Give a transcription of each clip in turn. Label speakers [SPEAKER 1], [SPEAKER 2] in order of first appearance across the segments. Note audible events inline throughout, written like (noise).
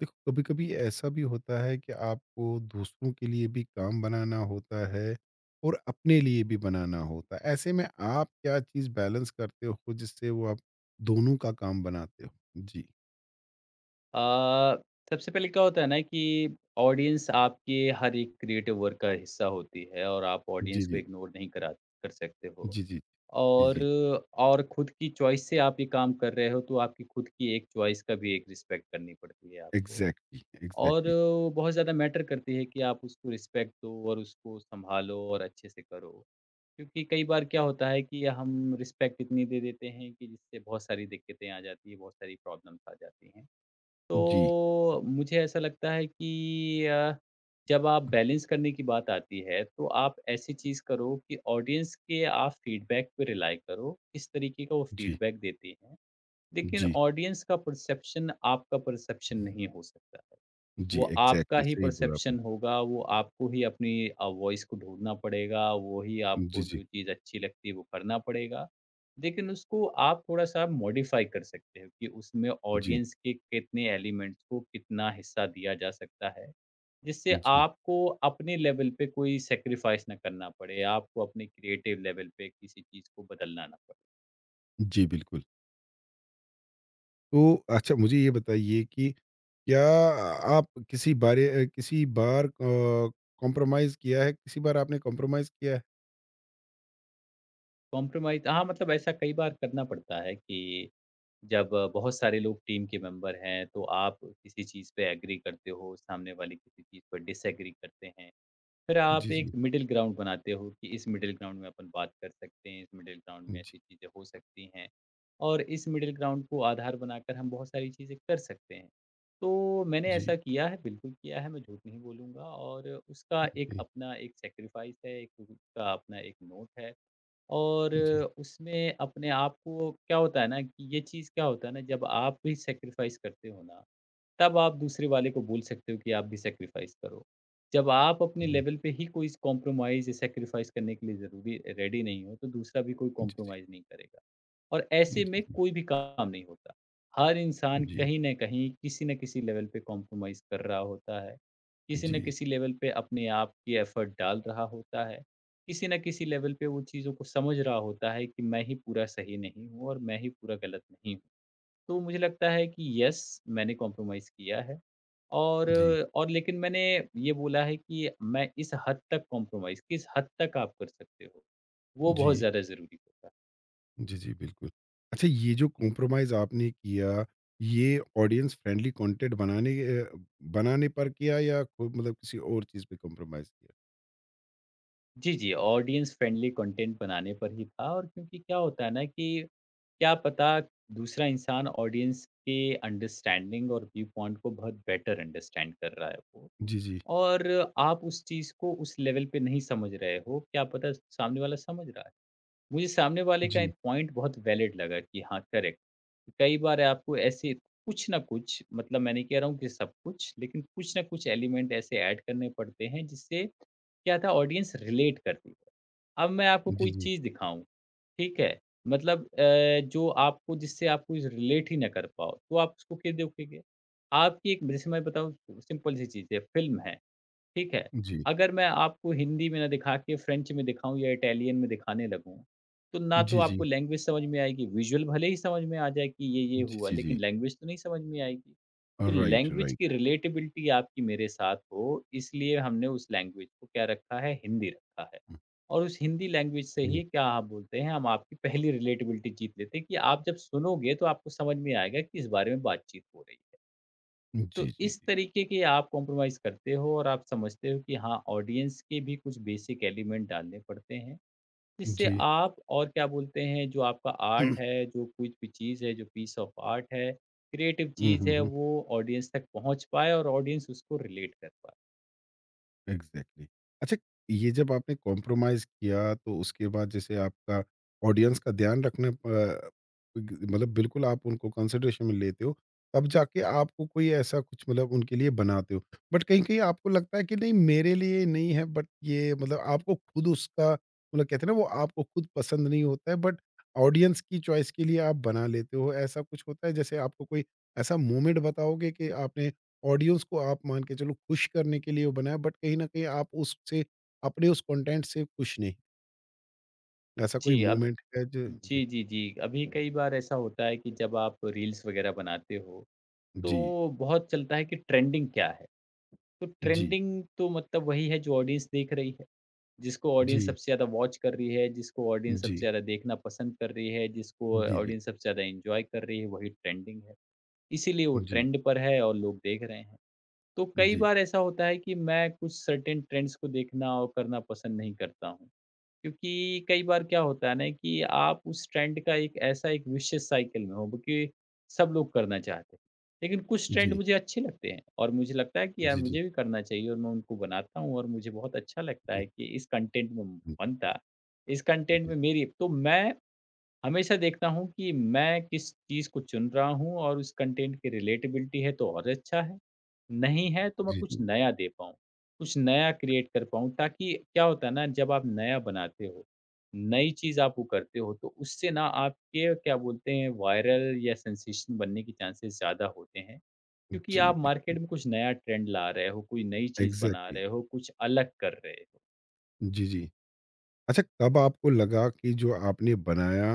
[SPEAKER 1] देखो, कभी कभी ऐसा भी होता है कि आपको दूसरों के लिए भी काम बनाना होता है और अपने लिए भी बनाना होता है। ऐसे में आप क्या चीज बैलेंस करते हो जिससे वो आप दोनों का काम बनाते हो? जी।
[SPEAKER 2] अ, सबसे पहले क्या होता है ना कि ऑडियंस आपके हर एक क्रिएटिव वर्क का हिस्सा होती है और आप
[SPEAKER 1] जी।
[SPEAKER 2] ऑडियंस को
[SPEAKER 1] जी।
[SPEAKER 2] इग्नोर नहीं करा कर सकते हो।
[SPEAKER 1] जी। जी। जी।
[SPEAKER 2] और
[SPEAKER 1] जी।
[SPEAKER 2] और खुद की चॉइस से आप ये काम कर रहे हो, तो आपकी खुद की एक चॉइस का भी एक रिस्पेक्ट करनी पड़ती है आपको।
[SPEAKER 1] एग्जैक्टली,
[SPEAKER 2] और
[SPEAKER 1] एग्जैक्टली।
[SPEAKER 2] वो बहुत ज़्यादा मैटर करती है कि आप उसको रिस्पेक्ट दो और उसको संभालो और अच्छे से करो। क्योंकि कई बार क्या होता है कि हम रिस्पेक्ट इतनी दे देते हैं कि जिससे बहुत सारी दिक्कतें आ जाती है, बहुत सारी प्रॉब्लम्स आ जाती हैं।
[SPEAKER 1] जी।
[SPEAKER 2] तो मुझे ऐसा लगता है कि जब आप बैलेंस करने की बात आती है, तो आप ऐसी चीज़ करो कि ऑडियंस के आप फीडबैक पे रिलाय करो, किस तरीके का वो
[SPEAKER 1] जी।
[SPEAKER 2] फीडबैक देती है। लेकिन
[SPEAKER 1] जी।
[SPEAKER 2] ऑडियंस का परसेप्शन आपका परसेप्शन नहीं हो सकता है।
[SPEAKER 1] जी,
[SPEAKER 2] वो आपका
[SPEAKER 1] एग्जैक्टली,
[SPEAKER 2] ही
[SPEAKER 1] सही बोला आपने।
[SPEAKER 2] परसेप्शन होगा, वो आपको ही अपनी वॉइस को ढूँढना पड़ेगा, वो ही
[SPEAKER 1] जी।
[SPEAKER 2] आपको
[SPEAKER 1] जी।
[SPEAKER 2] जो चीज़ अच्छी लगती है वो करना पड़ेगा। लेकिन उसको आप थोड़ा-सा मॉडिफ़ाई कर सकते हो कि उसमें
[SPEAKER 1] जी।
[SPEAKER 2] ऑडियंस के कितने एलिमेंट्स को कितना हिस्सा दिया जा सकता है, जिससे
[SPEAKER 1] जी।
[SPEAKER 2] आपको अपने लेवल पे कोई सैक्रिफ़ाइस ना करना पड़े, आपको अपने क्रिएटिव लेवल पे किसी चीज़ को बदलना ना पड़े।
[SPEAKER 1] जी, बिल्कुल। तो अच्छा, मुझे ये बताइए कि क्या आप किसी बार कॉम्प्रोमाइज़ किया है? किसी बार आपने कॉम्प्रोमाइज़ किया है?
[SPEAKER 2] कॉम्प्रोमाइज़ हाँ, मतलब ऐसा कई बार करना पड़ता है कि जब बहुत सारे लोग टीम के मेंबर हैं, तो आप किसी चीज़ पे एग्री करते हो, सामने वाले किसी चीज़ पर डिसएग्री करते हैं। फिर आप
[SPEAKER 1] जी,
[SPEAKER 2] एक
[SPEAKER 1] जी।
[SPEAKER 2] मिडल ग्राउंड बनाते हो कि इस मिडल ग्राउंड में अपन बात कर सकते हैं, इस मिडल ग्राउंड में
[SPEAKER 1] जी,
[SPEAKER 2] ऐसी चीज़ें हो सकती हैं और इस मिडल ग्राउंड को आधार बनाकर हम बहुत सारी चीज़ें कर सकते हैं। तो मैंने
[SPEAKER 1] जी,
[SPEAKER 2] ऐसा किया है, बिल्कुल किया है, मैं झूठ नहीं बोलूँगा और उसका एक
[SPEAKER 1] जी,
[SPEAKER 2] अपना एक सैक्रिफ़ाइस है, एक उसका अपना एक नोट है। और
[SPEAKER 1] जी,
[SPEAKER 2] उसमें अपने आप को क्या होता है ना कि ये चीज़ क्या होता है ना जब आप भी सैक्रिफ़ाइस करते हो ना, तब आप दूसरे वाले को बोल सकते हो कि आप भी सैक्रिफ़ाइस करो। जब आप
[SPEAKER 1] जी,
[SPEAKER 2] अपने
[SPEAKER 1] जी,
[SPEAKER 2] लेवल पे ही कोई स कॉम्प्रोमाइज़ या सैक्रिफ़ाइस करने के लिए ज़रूरी रेडी नहीं हो, तो दूसरा भी कोई
[SPEAKER 1] जी,
[SPEAKER 2] कॉम्प्रोमाइज़ नहीं करेगा। और
[SPEAKER 1] जी,
[SPEAKER 2] ऐसे में
[SPEAKER 1] जी,
[SPEAKER 2] कोई भी काम नहीं होता। हर इंसान कहीं न कहीं, किसी न किसी लेवल पे कॉम्प्रोमाइज़ कर रहा होता है। किसी न
[SPEAKER 1] जी,
[SPEAKER 2] किसी लेवल पे अपने आप की एफ़र्ट डाल रहा होता है। किसी न किसी लेवल पे वो चीज़ों को समझ रहा होता है कि मैं ही पूरा सही नहीं हूँ और मैं ही पूरा गलत नहीं हूँ। तो मुझे लगता है कि येस, मैंने कॉम्प्रोमाइज़ किया है और
[SPEAKER 1] जी,
[SPEAKER 2] लेकिन मैंने ये बोला है कि मैं इस हद तक कॉम्प्रोमाइज़ किस हद तक आप कर सकते हो, वो बहुत ज़्यादा ज़रूरी होता है।
[SPEAKER 1] जी, जी, बिल्कुल। अच्छा, ये जो कॉम्प्रोमाइज़ आपने किया, ये ऑडियंस फ्रेंडली कंटेंट बनाने पर किया या को मतलब किसी और चीज़ पे कॉम्प्रोमाइज़ किया?
[SPEAKER 2] जी, जी, ऑडियंस फ्रेंडली कंटेंट बनाने पर ही था। और क्योंकि क्या होता है ना कि क्या पता दूसरा इंसान ऑडियंस के अंडरस्टैंडिंग और व्यू पॉइंट को बहुत बेटर अंडरस्टैंड कर रहा है वो,
[SPEAKER 1] जी, जी,
[SPEAKER 2] और आप उस चीज़ को उस लेवल पे नहीं समझ रहे हो, क्या पता सामने वाला समझ रहा है। मुझे सामने वाले का
[SPEAKER 1] जी,
[SPEAKER 2] एक पॉइंट बहुत वैलिड लगा कि हाँ, करेक्ट। कई बार आपको ऐसे कुछ ना कुछ, मतलब मैं नहीं कह रहा हूँ कि सब कुछ, लेकिन कुछ ना कुछ एलिमेंट ऐसे ऐड करने पड़ते हैं जिससे क्या था ऑडियंस रिलेट करती है। अब मैं आपको
[SPEAKER 1] जी,
[SPEAKER 2] कोई
[SPEAKER 1] जी,
[SPEAKER 2] चीज़ दिखाऊँ, ठीक है? मतलब जो आपको जिससे आप कोई रिलेट ही ना कर पाओ, तो आप उसको क्यों देखोगे? आपकी एक जैसे मैं बताऊँ, सिंपल सी चीज़ है, फ़िल्म है, ठीक है।
[SPEAKER 1] जी,
[SPEAKER 2] अगर मैं आपको हिंदी में ना दिखा के फ्रेंच में दिखाऊँ या इटालियन में दिखाने लगूँ, तो ना तो
[SPEAKER 1] जी, जी,
[SPEAKER 2] आपको लैंग्वेज समझ में आएगी, विज़ुअल भले ही समझ में आ जाए कि ये
[SPEAKER 1] जी,
[SPEAKER 2] हुआ,
[SPEAKER 1] जी, जी।
[SPEAKER 2] लेकिन लैंग्वेज तो नहीं समझ में आएगी। तो
[SPEAKER 1] राइट,
[SPEAKER 2] लैंग्वेज
[SPEAKER 1] राइट।
[SPEAKER 2] की रिलेटेबिलिटी आपकी मेरे साथ हो, इसलिए हमने उस लैंग्वेज को क्या रखा है, हिंदी रखा है।
[SPEAKER 1] हुँ।
[SPEAKER 2] और उस हिंदी लैंग्वेज से
[SPEAKER 1] जी।
[SPEAKER 2] ही क्या आप बोलते हैं, हम आपकी पहली रिलेटेबिलिटी जीत लेते हैं कि आप जब सुनोगे, तो आपको समझ में आएगा कि इस बारे में बातचीत हो रही है। तो
[SPEAKER 1] जी, जी,
[SPEAKER 2] इस
[SPEAKER 1] जी।
[SPEAKER 2] तरीके के आप कॉम्प्रोमाइज़ करते हो और आप समझते हो कि हाँ, ऑडियंस के भी कुछ बेसिक एलिमेंट डालने पड़ते हैं, जिससे
[SPEAKER 1] जी।
[SPEAKER 2] आप और क्या बोलते हैं जो आपका आर्ट
[SPEAKER 1] (clears throat)
[SPEAKER 2] है, जो कुछ भी चीज़ है, जो पीस ऑफ आर्ट है, क्रिएटिव
[SPEAKER 1] हुँ,
[SPEAKER 2] चीज़
[SPEAKER 1] हुँ,
[SPEAKER 2] है
[SPEAKER 1] हुँ।
[SPEAKER 2] वो ऑडियंस तक पहुँच पाए और ऑडियंस उसको रिलेट कर पाए।
[SPEAKER 1] Exactly, exactly। अच्छा, ये जब आपने कॉम्प्रोमाइज किया तो उसके बाद जैसे आपका ऑडियंस का ध्यान मतलब बिल्कुल आप उनको कंसिडरेशन में लेते हो, तब जाके आपको कोई ऐसा कुछ मतलब उनके लिए बनाते हो, बट कहीं कहीं आपको लगता है कि नहीं मेरे लिए नहीं है। बट ये मतलब आपको खुद उसका मतलब कहते हैं ना, वो आपको खुद पसंद नहीं होता है बट ऑडियंस की चॉइस के लिए आप बना लेते हो। ऐसा कुछ होता है जैसे आपको कोई ऐसा मोमेंट बताओगे कि आपने ऑडियंस को आप मान के चलो खुश करने के लिए वो बनाया बट कहीं न कहीं आप उससे अपने उस कंटेंट से खुश नहीं। ऐसा कोई
[SPEAKER 2] जी, अब
[SPEAKER 1] मोमेंट है जो जी,
[SPEAKER 2] जी, जी, जी। अभी कई बार ऐसा होता है कि जब आप रील्स वग़ैरह बनाते हो,
[SPEAKER 1] जी,
[SPEAKER 2] तो बहुत चलता है कि ट्रेंडिंग क्या है? तो
[SPEAKER 1] जी,
[SPEAKER 2] ट्रेंडिंग तो मतलब वही है जो ऑडियंस देख रही है। जिसको ऑडियंस
[SPEAKER 1] जी,
[SPEAKER 2] सबसे ज़्यादा वॉच कर रही है, जिसको ऑडियंस सबसे
[SPEAKER 1] जी,
[SPEAKER 2] ज़्यादा देखना पसंद कर रही है, जिसको
[SPEAKER 1] जी,
[SPEAKER 2] ऑडियंस सबसे ज़्यादा एन्जॉय कर रही है, वही ट्रेंडिंग है। इसीलिए वो
[SPEAKER 1] जी, जी,
[SPEAKER 2] ट्रेंड पर है और लोग देख रहे हैं। तो कई
[SPEAKER 1] जी,
[SPEAKER 2] बार ऐसा होता है कि मैं कुछ सर्टेन ट्रेंड्स को देखना और करना पसंद नहीं करता हूँ। क्योंकि कई बार क्या होता है ना कि आप उस ट्रेंड का एक ऐसा एक विशेष साइकिल में हो कि सब लोग करना चाहते हैं। लेकिन कुछ ट्रेंड
[SPEAKER 1] जी,
[SPEAKER 2] मुझे अच्छे लगते हैं और मुझे लगता है कि यार
[SPEAKER 1] जी, जी,
[SPEAKER 2] मुझे भी करना चाहिए, और मैं उनको बनाता हूँ और मुझे बहुत अच्छा लगता
[SPEAKER 1] जी,
[SPEAKER 2] है कि इस कंटेंट में बनता, इस कंटेंट में
[SPEAKER 1] जी,
[SPEAKER 2] मेरी तो मैं हमेशा देखता हूँ कि मैं किस चीज़ को चुन रहा हूँ, और उस कंटेंट की रिलेटेबिलिटी है तो और अच्छा है, नहीं है तो मैं
[SPEAKER 1] जी,
[SPEAKER 2] कुछ
[SPEAKER 1] जी,
[SPEAKER 2] नया दे पाऊँ, कुछ नया क्रिएट कर पाऊँ। ताकि क्या होता है ना जब आप नया बनाते हो, नई चीज़ आप वो करते हो, तो उससे ना आपके क्या बोलते हैं वायरल या सेंसेशन बनने के चांसेस ज़्यादा होते हैं। क्योंकि
[SPEAKER 1] जी,
[SPEAKER 2] आप मार्केट
[SPEAKER 1] बिल्कुल।
[SPEAKER 2] में कुछ नया ट्रेंड ला रहे हो, कोई नई चीज़ बना
[SPEAKER 1] एग्ज़ैक्टली।
[SPEAKER 2] रहे हो, कुछ अलग कर रहे हो।
[SPEAKER 1] जी, जी। अच्छा, कब आपको लगा कि जो आपने बनाया,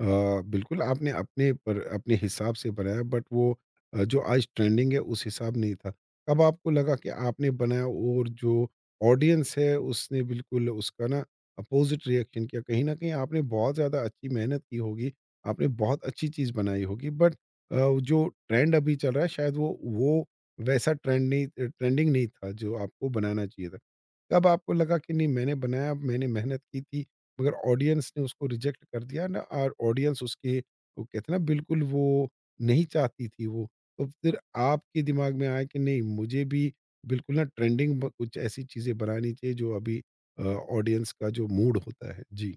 [SPEAKER 1] अ, बिल्कुल आपने अपने पर अपने हिसाब से बनाया बट वो, जो आज ट्रेंडिंग है उस हिसाब नहीं था। कब आपको लगा कि आपने बनाया और जो ऑडियंस है उसने बिल्कुल उसका ना अपोज़िट रिएक्शन किया। कहीं न कहीं आपने बहुत ज़्यादा अच्छी मेहनत की होगी, आपने बहुत अच्छी चीज़ बनाई होगी बट जो ट्रेंड अभी चल रहा है शायद वो वैसा ट्रेंडिंग नहीं था जो आपको बनाना चाहिए था। कब आपको लगा कि नहीं मैंने बनाया, मैंने मेहनत की थी, मगर ऑडियंस ने उसको रिजेक्ट कर दिया ना, और ऑडियंस उसके वो कहते हैं ना बिल्कुल वो नहीं चाहती थी वो। तो फिर आपके दिमाग में आया कि नहीं मुझे भी बिल्कुल ना ट्रेंडिंग ब कुछ ऐसी चीज़ें बनानी चाहिए जो अभी ऑडियंस का जो मूड होता है। जी,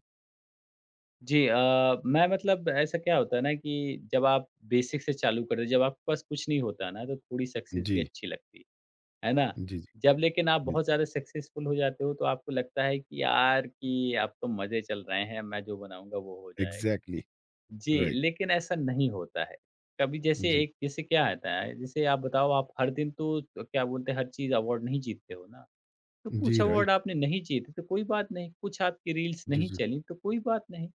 [SPEAKER 2] जी मैं मतलब ऐसा क्या होता है ना कि जब आप बेसिक से चालू कर रहे हो, जब आपके पास कुछ नहीं होता ना, तो थोड़ी सक्सेस भी
[SPEAKER 1] जी,
[SPEAKER 2] अच्छी लगती है। है ना?
[SPEAKER 1] जी, जी,
[SPEAKER 2] जब लेकिन आप
[SPEAKER 1] जी।
[SPEAKER 2] बहुत ज़्यादा सक्सेसफुल हो जाते हो, तो आपको लगता है कि यार कि अब तो मज़े चल रहे हैं, मैं जो बनाऊँगा वो हो जाएगा।
[SPEAKER 1] एग्ज़ैक्टली,
[SPEAKER 2] जी,
[SPEAKER 1] राइट।
[SPEAKER 2] लेकिन ऐसा नहीं होता है। कभी जैसे
[SPEAKER 1] जी,
[SPEAKER 2] एक जैसे क्या आता है, जैसे आप बताओ आप हर दिन तो क्या बोलते हैं, हर चीज़ अवार्ड नहीं जीतते हो ना। तो कुछ
[SPEAKER 1] जी,
[SPEAKER 2] अवार्ड
[SPEAKER 1] राइट।
[SPEAKER 2] आपने नहीं जीते तो कोई बात नहीं, कुछ आपकी रील्स
[SPEAKER 1] जी,
[SPEAKER 2] नहीं
[SPEAKER 1] जी,
[SPEAKER 2] चली तो कोई बात नहीं।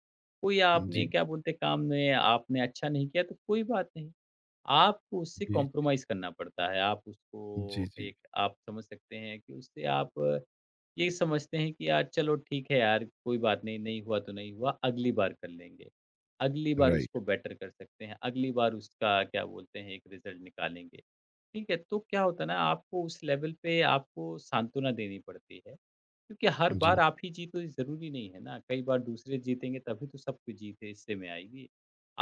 [SPEAKER 2] कोई आपने
[SPEAKER 1] जी,
[SPEAKER 2] क्या बोलते हैं, काम में आपने अच्छा नहीं किया तो कोई बात नहीं। आपको उससे
[SPEAKER 1] जी,
[SPEAKER 2] कॉम्प्रोमाइज़ करना पड़ता है। आप
[SPEAKER 1] जी,
[SPEAKER 2] उसको
[SPEAKER 1] जी,
[SPEAKER 2] एक आप समझ सकते हैं कि उससे आप ये समझते हैं कि यार चलो ठीक है यार, कोई बात नहीं, नहीं हुआ तो नहीं हुआ, अगली बार कर लेंगे। अगली बार
[SPEAKER 1] राइट।
[SPEAKER 2] उसको बेटर कर सकते हैं, अगली बार उसका क्या बोलते हैं एक रिज़ल्ट निकालेंगे। ठीक है, तो क्या होता है ना आपको उस लेवल पे आपको सांत्वना देनी पड़ती है। क्योंकि हर बार
[SPEAKER 1] जी,
[SPEAKER 2] आप ही जीतो ये ज़रूरी नहीं है ना, कई बार दूसरे जीतेंगे तभी तो सब कुछ जीत है हिस्से में आएगी।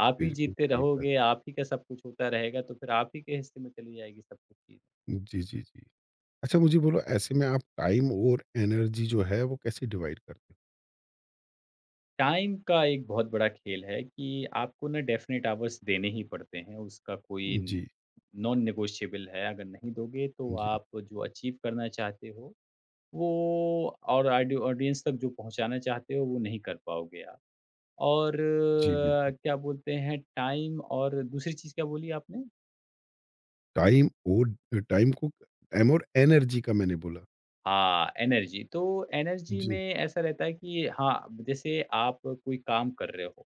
[SPEAKER 2] आप ही
[SPEAKER 1] बिल्कुल
[SPEAKER 2] जीतते
[SPEAKER 1] सही बात।
[SPEAKER 2] रहोगे, आप ही का सब कुछ होता रहेगा तो फिर आप ही के हिस्से में चली जाएगी सब कुछ चीज़।
[SPEAKER 1] जी, जी, जी। अच्छा, मुझे बोलो ऐसे में आप टाइम और एनर्जी जो है वो कैसे डिवाइड करते हो?
[SPEAKER 2] टाइम का एक बहुत बड़ा खेल है कि आपको ना डेफ़िनिट आवर्स देने ही पड़ते हैं, उसका कोई न,
[SPEAKER 1] जी,
[SPEAKER 2] नॉन नेगोशिएबल है, अगर नहीं दोगे तो
[SPEAKER 1] जी,
[SPEAKER 2] आप जो अचीव करना चाहते हो वो और आडि ऑडियंस तक जो पहुँचाना चाहते हो वो नहीं कर पाओगे आप। और
[SPEAKER 1] जी, बिल्कुल।
[SPEAKER 2] क्या बोलते हैं टाइम और दूसरी चीज़ क्या बोली आपने?
[SPEAKER 1] टाइम और टाइम को टाइम और एनर्जी का मैंने बोला।
[SPEAKER 2] हाँ, एनर्जी। तो एनर्जी
[SPEAKER 1] जी।
[SPEAKER 2] में ऐसा रहता है कि हाँ, जैसे आप कोई काम कर रहे हो,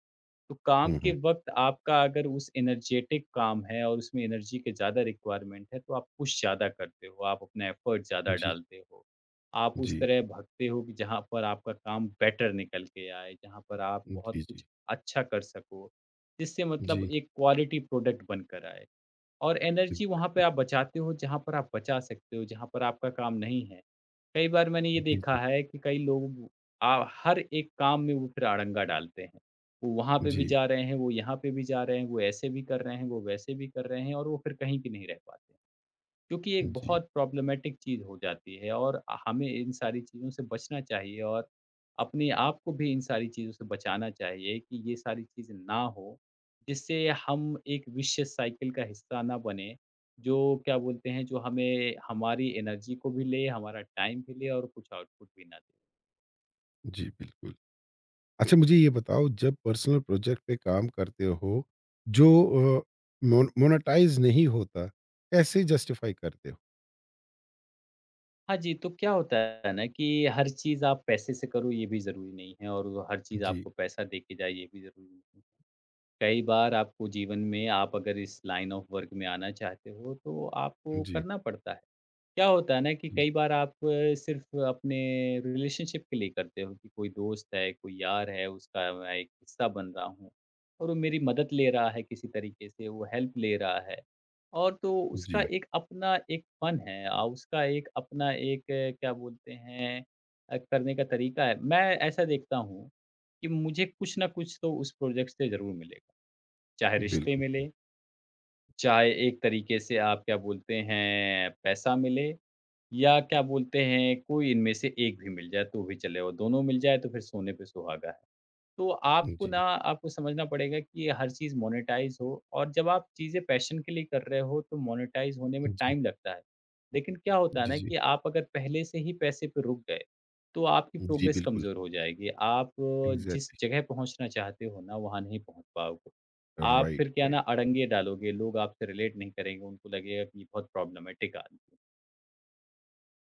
[SPEAKER 2] तो काम
[SPEAKER 1] हुँ,
[SPEAKER 2] के
[SPEAKER 1] हुँ।
[SPEAKER 2] वक़्त आपका अगर उस एनर्जेटिक काम है और उसमें एनर्जी के ज़्यादा रिक्वायरमेंट है, तो आप पुश ज़्यादा करते हो, आप अपना एफ़र्ट ज़्यादा
[SPEAKER 1] जी,
[SPEAKER 2] डालते हो। आप उस
[SPEAKER 1] जी,
[SPEAKER 2] तरह भागते हो कि जहाँ पर आपका काम बेटर निकल के आए, जहाँ पर आप बहुत
[SPEAKER 1] जी,
[SPEAKER 2] कुछ
[SPEAKER 1] जी,
[SPEAKER 2] अच्छा कर सको, जिससे मतलब
[SPEAKER 1] जी,
[SPEAKER 2] एक क्वालिटी प्रोडक्ट बनकर आए। और एनर्जी वहाँ पे
[SPEAKER 1] एग्ज़ैक्टली।
[SPEAKER 2] आप बचाते हो जहाँ पर आप बचा सकते हो, जहाँ पर आपका काम नहीं है। कई बार मैंने ये
[SPEAKER 1] जी,
[SPEAKER 2] देखा
[SPEAKER 1] जी,
[SPEAKER 2] है कि कई लोग हर एक काम में वो फिर अड़ंगा डालते हैं। वो वहाँ पे भी
[SPEAKER 1] जी,
[SPEAKER 2] जा रहे हैं, वो यहाँ पे भी जा रहे हैं, वो ऐसे भी कर रहे हैं, वो वैसे भी कर रहे हैं और वो फिर कहीं भी नहीं रह पाते। जो कि एक
[SPEAKER 1] जी,
[SPEAKER 2] बहुत प्रॉब्लमैटिक चीज़ हो जाती है, और हमें इन सारी चीज़ों से बचना चाहिए और अपने आप को भी इन सारी चीज़ों से बचाना चाहिए कि ये सारी चीज़ें ना हो, जिससे हम एक विशियस साइकिल का हिस्सा ना बने, जो क्या बोलते हैं, जो हमें हमारी एनर्जी को भी ले, हमारा टाइम भी ले और कुछ आउटपुट भी ना दे।
[SPEAKER 1] जी, बिल्कुल। अच्छा, मुझे ये बताओ जब पर्सनल प्रोजेक्ट पे काम करते हो, जो अ, मोनेटाइज़ नहीं होता, कैसे जस्टिफ़ाई करते हो?
[SPEAKER 2] हाँ जी, तो क्या होता है ना कि हर चीज़ आप पैसे से करो ये भी ज़रूरी नहीं है, और हर चीज़
[SPEAKER 1] जी,
[SPEAKER 2] आपको पैसा दे के जाए ये भी ज़रूरी नहीं है। कई बार आपको जीवन में, आप अगर इस लाइन ऑफ वर्क में आना चाहते हो तो आपको
[SPEAKER 1] जी,
[SPEAKER 2] करना पड़ता है। क्या होता है ना कि
[SPEAKER 1] जी,
[SPEAKER 2] कई बार आप सिर्फ़ अपने रिलेशनशिप के लिए करते हो कि कोई दोस्त है, कोई यार है, उसका मैं एक हिस्सा बन रहा हूँ और वो मेरी मदद ले रहा है किसी तरीके से, वो हेल्प ले रहा है। और तो उसका
[SPEAKER 1] जी,
[SPEAKER 2] एक अपना एक फ़न है, उसका एक अपना एक क्या बोलते हैं, करने का तरीका है। मैं ऐसा देखता हूँ कि मुझे कुछ ना कुछ तो उस प्रोजेक्ट से ज़रूर मिलेगा। चाहे रिश्ते
[SPEAKER 1] बिल्कुल,
[SPEAKER 2] मिले, चाहे एक तरीके से आप क्या बोलते हैं पैसा मिले, या क्या बोलते हैं, कोई इनमें से एक भी मिल जाए तो भी चलेगा, दोनों मिल जाए तो फिर सोने पे सुहागा है। तो आपको ना,
[SPEAKER 1] जी।
[SPEAKER 2] आपको समझना पड़ेगा कि ये हर चीज़ मोनेटाइज़ हो, और जब आप चीज़ें पैशन के लिए कर रहे हो तो मोनेटाइज़ होने में
[SPEAKER 1] जी,
[SPEAKER 2] टाइम लगता है। लेकिन क्या होता है
[SPEAKER 1] जी,
[SPEAKER 2] ना
[SPEAKER 1] जी।
[SPEAKER 2] कि आप अगर पहले से ही पैसे पे रुक गए, तो आपकी
[SPEAKER 1] जी,
[SPEAKER 2] प्रोग्रेस
[SPEAKER 1] बिल्कुल।
[SPEAKER 2] कमज़ोर हो जाएगी। आप जिस
[SPEAKER 1] एग्ज़ैक्टली,
[SPEAKER 2] जगह पहुँचना चाहते हो ना, वहाँ नहीं पहुँच पाओगे। आप
[SPEAKER 1] राइट,
[SPEAKER 2] फिर क्या
[SPEAKER 1] राइट।
[SPEAKER 2] ना अड़ंगे डालोगे, लोग आपसे रिलेट नहीं करेंगे, उनको लगेगा कि ये बहुत प्रॉब्लमैटिक आदमी है।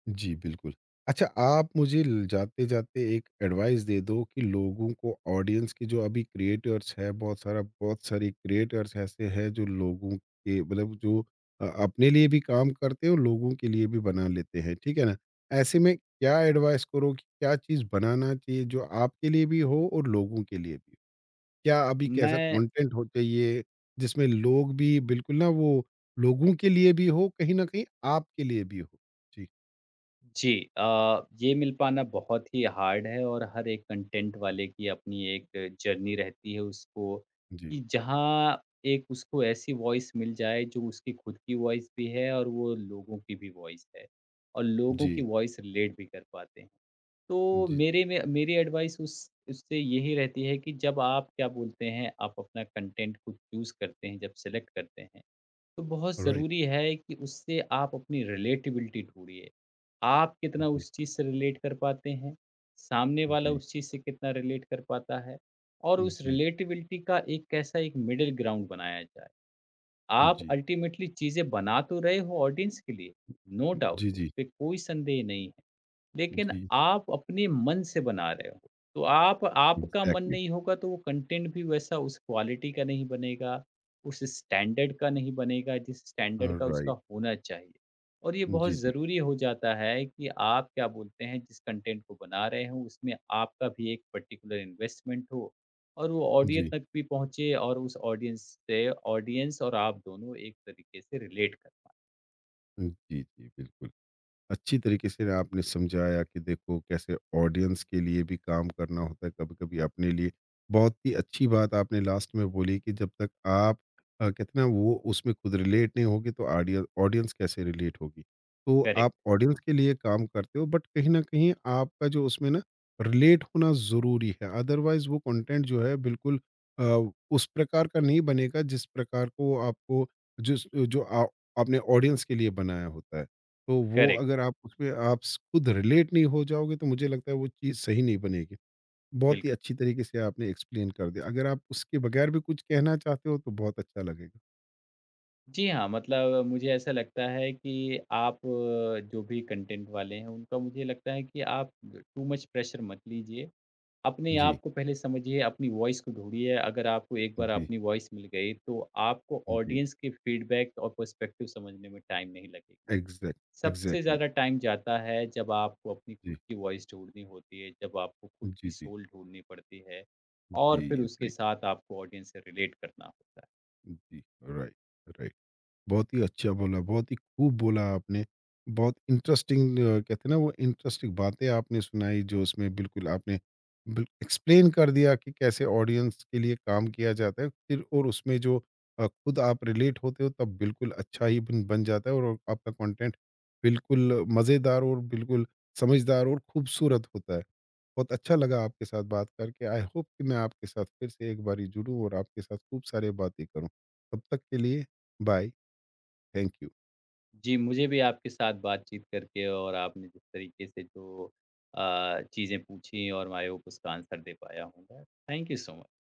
[SPEAKER 1] जी, बिल्कुल। अच्छा, आप मुझे ल जाते-जाते एक एडवाइस दे दो कि लोगों को ऑडियंस के जो अभी क्रिएटर्स है, बहुत सारा बहुत सारी क्रिएटर्स ऐसे हैं जो लोगों के मतलब जो अपने लिए भी काम करते हैं और लोगों के लिए भी बना लेते हैं, ठीक है ना? ऐसे में क्या एडवाइस करो कि क्या चीज़ बनाना चाहिए जो आपके लिए भी हो और लोगों के लिए भी? क्या अभी कैसा
[SPEAKER 2] मैं
[SPEAKER 1] कंटेंट हो चाहिए जिसमें लोग भी बिल्कुल ना वो लोगों के लिए भी हो कहीं न कहीं आपके लिए भी हो? जी,
[SPEAKER 2] जी, ये मिल पाना बहुत ही हार्ड है, और हर एक कंटेंट वाले की अपनी एक जर्नी रहती है उसको,
[SPEAKER 1] जी,
[SPEAKER 2] कि जहाँ एक उसको ऐसी वॉइस मिल जाए जो उसकी खुद की वॉइस भी है, और वो लोगों की भी वॉइस है, और लोगों की
[SPEAKER 1] जी,
[SPEAKER 2] वॉइस रिलेट भी कर पाते हैं। तो
[SPEAKER 1] जी, जी।
[SPEAKER 2] मेरे में, मेरी एडवाइस उस उससे यही रहती है कि जब आप क्या बोलते हैं, आप अपना कंटेंट खुद चूज करते हैं, जब सेलेक्ट करते हैं, तो बहुत
[SPEAKER 1] राइट।
[SPEAKER 2] ज़रूरी है कि उससे आप अपनी रिलेटिबिलिटी ढूंढिए। आप कितना
[SPEAKER 1] जी,
[SPEAKER 2] उस चीज़ से रिलेट कर पाते हैं, सामने वाला
[SPEAKER 1] जी,
[SPEAKER 2] उस चीज़ से कितना रिलेट कर पाता है, और
[SPEAKER 1] जी,
[SPEAKER 2] उस
[SPEAKER 1] जी,
[SPEAKER 2] रिलेटेबिलिटी का एक कैसा, एक मिडल ग्राउंड बनाया जाए। आप
[SPEAKER 1] जी,
[SPEAKER 2] अल्टीमेटली चीज़ें बना तो रहे हो ऑडियंस के लिए, नो डाउट,
[SPEAKER 1] जी,
[SPEAKER 2] उसपे कोई संदेह नहीं है। लेकिन
[SPEAKER 1] जी,
[SPEAKER 2] आप अपने मन से बना रहे हो। तो आप आपका मन
[SPEAKER 1] एग्ज़ैक्टली।
[SPEAKER 2] नहीं होगा तो वो कंटेंट भी वैसा उस क्वालिटी का नहीं बनेगा, उस स्टैंडर्ड का नहीं बनेगा जिस स्टैंडर्ड का उसका
[SPEAKER 1] राइट।
[SPEAKER 2] होना चाहिए। और ये बहुत
[SPEAKER 1] जी, जी,
[SPEAKER 2] ज़रूरी हो जाता है कि आप क्या बोलते हैं, जिस कंटेंट को बना रहे हो उसमें आपका भी एक पर्टिकुलर इन्वेस्टमेंट हो, और वो ऑडियंस
[SPEAKER 1] जी,
[SPEAKER 2] तक भी पहुँचे, और उस ऑडियंस से ऑडियंस और आप दोनों एक तरीके से रिलेट कर पाएँ।
[SPEAKER 1] जी, जी, बिल्कुल। अच्छी तरीके से ना आपने समझाया कि देखो कैसे ऑडियंस के लिए भी काम करना होता है कभी कभी अपने लिए। बहुत ही अच्छी बात आपने लास्ट में बोली कि जब तक आप कहते ना वो उसमें खुद रिलेट नहीं होगी तो ऑडियंस ऑडियंस कैसे रिलेट होगी। तो
[SPEAKER 2] करेक्ट,
[SPEAKER 1] आप ऑडियंस के लिए काम करते हो बट कहीं ना कहीं आपका जो उसमें ना रिलेट होना ज़रूरी है, अदरवाइज वो कंटेंट जो है बिल्कुल अ, उस प्रकार का नहीं बनेगा जिस प्रकार को आपको जिस जो आपने ऑडियंस के लिए बनाया होता है तो वो
[SPEAKER 2] करेक्ट,
[SPEAKER 1] अगर आप उसमें आप स खुद रिलेट नहीं हो जाओगे तो मुझे लगता है वो चीज़ सही नहीं बनेगी। बहुत ही
[SPEAKER 2] बिल्कुल।
[SPEAKER 1] अच्छी तरीके से आपने एक्सप्लेन कर दिया। अगर आप उसके बगैर भी कुछ कहना चाहते हो तो बहुत अच्छा लगेगा।
[SPEAKER 2] जी हाँ, मतलब मुझे ऐसा लगता है कि आप जो भी कंटेंट वाले हैं, उनका मुझे लगता है कि आप टू मच प्रेशर मत लीजिए। अपने
[SPEAKER 1] जी,
[SPEAKER 2] आप को पहले समझिए, अपनी वॉइस को ढूँढिए। अगर आपको एक बार
[SPEAKER 1] जी,
[SPEAKER 2] अपनी वॉइस मिल गई, तो आपको
[SPEAKER 1] जी।
[SPEAKER 2] ऑडियंस के फीडबैक और पर्सपेक्टिव समझने में टाइम नहीं लगेगी।
[SPEAKER 1] एग्ज़ैक्ट
[SPEAKER 2] सबसे
[SPEAKER 1] एग्ज़ैक्टली।
[SPEAKER 2] ज़्यादा टाइम जाता है जब आपको अपनी
[SPEAKER 1] जी,
[SPEAKER 2] खुद की वॉइस ढूँढनी होती है, जब आपको खुद की
[SPEAKER 1] जी, जी।
[SPEAKER 2] सोल ढूँढनी पड़ती है, और
[SPEAKER 1] जी,
[SPEAKER 2] फिर उसके
[SPEAKER 1] राइट।
[SPEAKER 2] साथ आपको ऑडियंस से रिलेट करना होता है।
[SPEAKER 1] जी, राइट, राइट। बहुत ही अच्छा बोला, बहुत ही खूब बोला आपने। बहुत इंटरेस्टिंग, कहते हैं ना वो इंटरेस्टिंग बातें आपने सुनाई जो उसमें बिल्कुल आपने बिल एक्सप्लेन कर दिया कि कैसे ऑडियंस के लिए काम किया जाता है फिर और उसमें जो खुद आप रिलेट होते हो तब बिल्कुल अच्छा ही बन बन जाता है और आपका कंटेंट बिल्कुल मज़ेदार और बिल्कुल समझदार और खूबसूरत होता है। बहुत अच्छा लगा आपके साथ बात करके। आई होप कि मैं आपके साथ फिर से एक बारी जुड़ूँ और आपके साथ खूब सारी बातें करूँ। तब तक के लिए बाय। Thank you।
[SPEAKER 2] जी, मुझे भी आपके साथ बातचीत करके, और आपने जिस तरीके से जो चीज़ें पूछी और मैं उसका आंसर दे पाया हूँ मैं। Thank you so much.